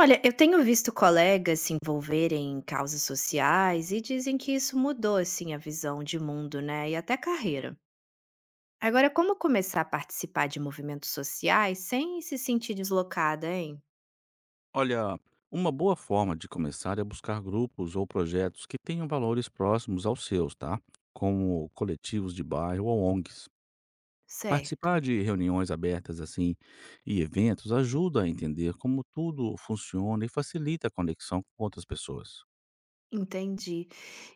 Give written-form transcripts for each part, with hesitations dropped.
Olha, eu tenho visto colegas se envolverem em causas sociais e dizem que isso mudou, assim, a visão de mundo, né, e até carreira. Agora, como começar a participar de movimentos sociais sem se sentir deslocada, hein? Olha, uma boa forma de começar é buscar grupos ou projetos que tenham valores próximos aos seus, tá? Como coletivos de bairro ou ONGs. Participar Certo, de reuniões abertas assim e eventos ajuda a entender como tudo funciona e facilita a conexão com outras pessoas. entendi.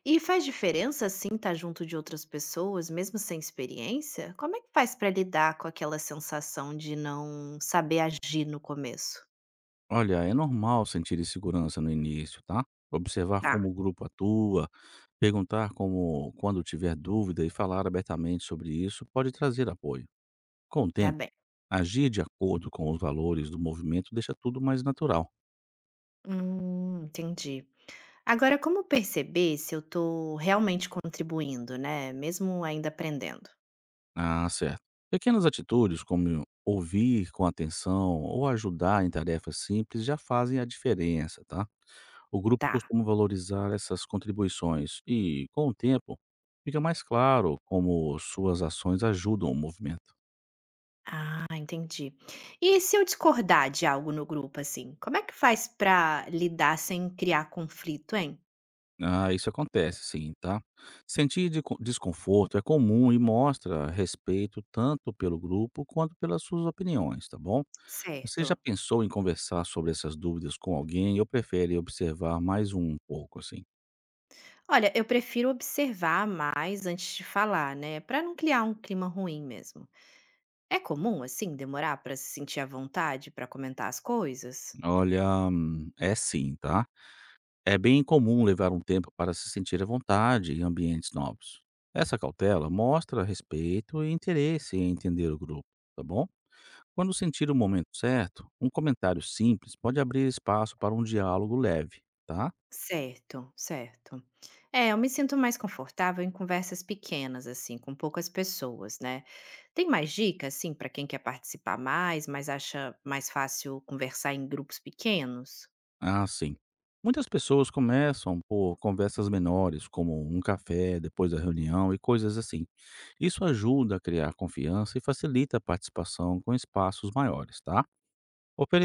E faz diferença, assim, estar junto de outras pessoas, mesmo sem experiência? Como é que faz para lidar com aquela sensação de não saber agir no começo? Olha, é normal sentir insegurança no início, tá? Observar Tá, como o grupo atua, perguntar como quando tiver dúvida e falar abertamente sobre isso pode trazer apoio. Com o tá tempo, bem. agir de acordo com os valores do movimento deixa tudo mais natural. Entendi. Agora, como perceber se eu estou realmente contribuindo, né, mesmo ainda aprendendo? Ah, certo. Pequenas atitudes, como ouvir com atenção ou ajudar em tarefas simples, já fazem a diferença, tá? O grupo Tá, costuma valorizar essas contribuições e, com o tempo, fica mais claro como suas ações ajudam o movimento. ah, entendi. E se eu discordar de algo no grupo, assim, como é que faz pra lidar sem criar conflito, hein? Ah, isso acontece, sim, tá? Sentir desconforto é comum e mostra respeito tanto pelo grupo quanto pelas suas opiniões, tá bom? Você já Certo. pensou em conversar sobre essas dúvidas com alguém ou prefere observar mais um pouco assim? Olha, eu prefiro observar mais antes de falar, né, pra não criar um clima ruim mesmo. É comum, assim, demorar pra se sentir à vontade pra comentar as coisas? Olha, é sim, tá? É bem comum levar um tempo para se sentir à vontade em ambientes novos. Essa cautela mostra respeito e interesse em entender o grupo, tá bom? Quando sentir o momento certo, um comentário simples pode abrir espaço para um diálogo leve, tá? Certo, certo. É, eu me sinto mais confortável em conversas pequenas, assim, com poucas pessoas, né. Tem mais dicas, assim, para quem quer participar mais, mas acha mais fácil conversar em grupos pequenos? Ah, sim. Muitas pessoas começam por conversas menores, como um café depois da reunião e coisas assim. Isso ajuda a criar confiança e facilita a participação com espaços maiores, tá?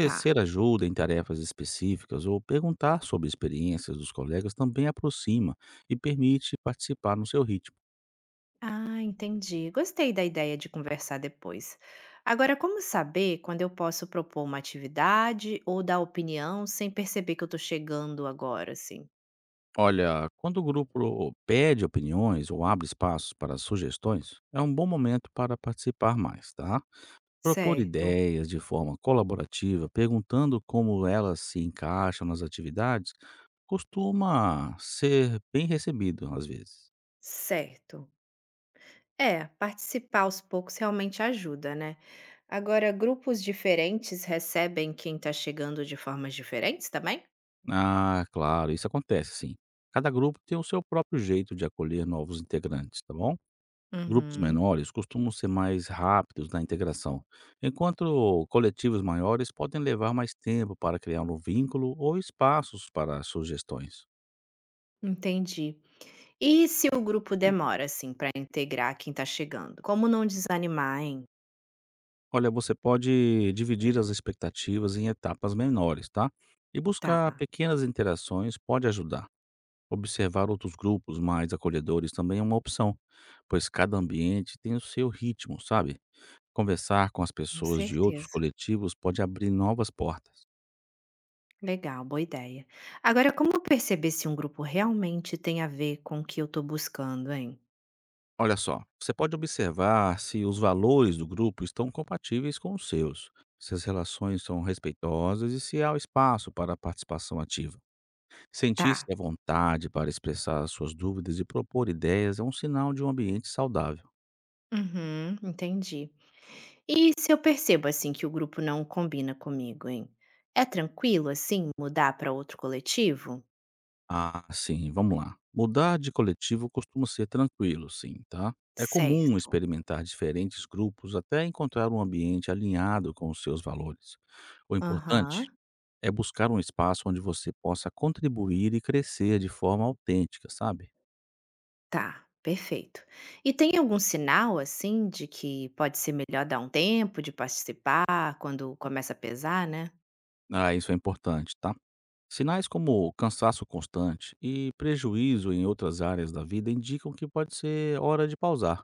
Tá. ajuda em tarefas específicas ou perguntar sobre experiências dos colegas também aproxima e permite participar no seu ritmo. Ah, entendi. Gostei da ideia de conversar depois. Agora, como saber quando eu posso propor uma atividade ou dar opinião sem perceber que eu tô chegando agora, assim? Olha, quando o grupo pede opiniões ou abre espaços para sugestões, é um bom momento para participar mais, tá? Propor Certo, ideias de forma colaborativa, perguntando como elas se encaixam nas atividades, costuma ser bem recebido às vezes. certo. É, participar aos poucos realmente ajuda, né. Agora, grupos diferentes recebem quem está chegando de formas diferentes também? Ah, claro, isso acontece sim. Cada grupo tem o seu próprio jeito de acolher novos integrantes, tá bom? Grupos Uhum. menores costumam ser mais rápidos na integração, enquanto coletivos maiores podem levar mais tempo para criar um vínculo ou espaços para sugestões. Entendi. E se o grupo demora, assim, para integrar quem está chegando? Como não desanimar, hein? Olha, você pode dividir as expectativas em etapas menores, tá? E Tá, buscar pequenas interações pode ajudar. Observar outros grupos mais acolhedores também é uma opção, pois cada ambiente tem o seu ritmo, sabe? Conversar com as com pessoas de outros certeza. coletivos pode abrir novas portas. Legal, boa ideia. Agora, como perceber se um grupo realmente tem a ver com o que eu tô buscando, hein? Olha só, você pode observar se os valores do grupo estão compatíveis com os seus, se as relações são respeitosas e se há espaço para a participação ativa. Sentir-se Tá. à vontade para expressar as suas dúvidas e propor ideias é um sinal de um ambiente saudável. Uhum, entendi. E se eu percebo, assim, que o grupo não combina comigo, hein? É tranquilo assim mudar para outro coletivo? Ah, sim, vamos lá. Mudar de coletivo costuma ser tranquilo, sim, tá? É comum Certo. experimentar diferentes grupos até encontrar um ambiente alinhado com os seus valores. O importante Aham. é buscar um espaço onde você possa contribuir e crescer de forma autêntica, sabe? Tá, perfeito. E tem algum sinal, assim, de que pode ser melhor dar um tempo de participar quando começa a pesar, né? Ah, isso é importante, tá? Sinais como cansaço constante e prejuízo em outras áreas da vida indicam que pode ser hora de pausar.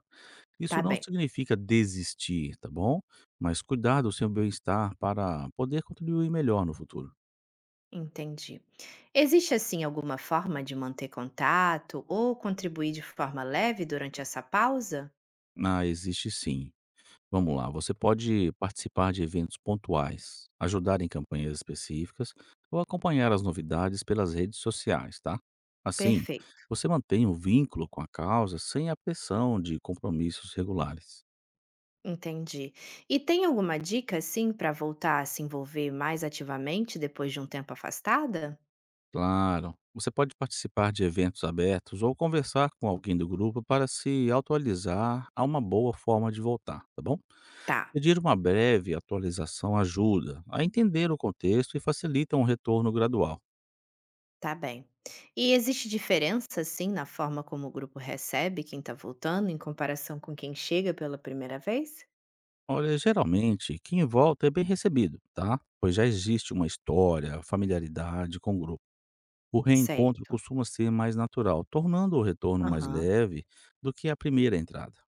Tá Isso não bem. significa desistir, tá bom? Mas cuidar do seu bem-estar para poder contribuir melhor no futuro. Entendi. Existe, assim, alguma forma de manter contato ou contribuir de forma leve durante essa pausa? Ah, existe sim. Vamos lá, você pode participar de eventos pontuais, ajudar em campanhas específicas ou acompanhar as novidades pelas redes sociais, tá? Assim, Perfeito. você mantém o vínculo com a causa sem a pressão de compromissos regulares. Entendi. E tem alguma dica, assim, para voltar a se envolver mais ativamente depois de um tempo afastada? Claro. Você pode participar de eventos abertos ou conversar com alguém do grupo para se atualizar a uma boa forma de voltar, tá bom? Tá, Pedir uma breve atualização ajuda a entender o contexto e facilita um retorno gradual. tá bem. E existe diferença, assim, na forma como o grupo recebe quem tá voltando em comparação com quem chega pela primeira vez? Olha, geralmente, quem volta é bem recebido, tá? Pois já existe uma história, familiaridade com o grupo. O reencontro Certo. costuma ser mais natural, tornando o retorno mais Aham. leve do que a primeira entrada.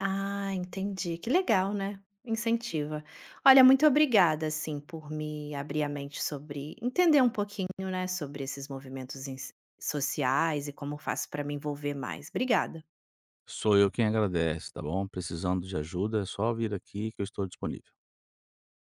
Ah, entendi. Que legal, né? Incentiva. Olha, muito obrigada, assim, por me abrir a mente sobre entender um pouquinho, né, sobre esses sociais e como faço para me envolver mais. Obrigada. Sou eu quem agradece, tá bom? Precisando de ajuda, é só vir aqui que eu estou disponível.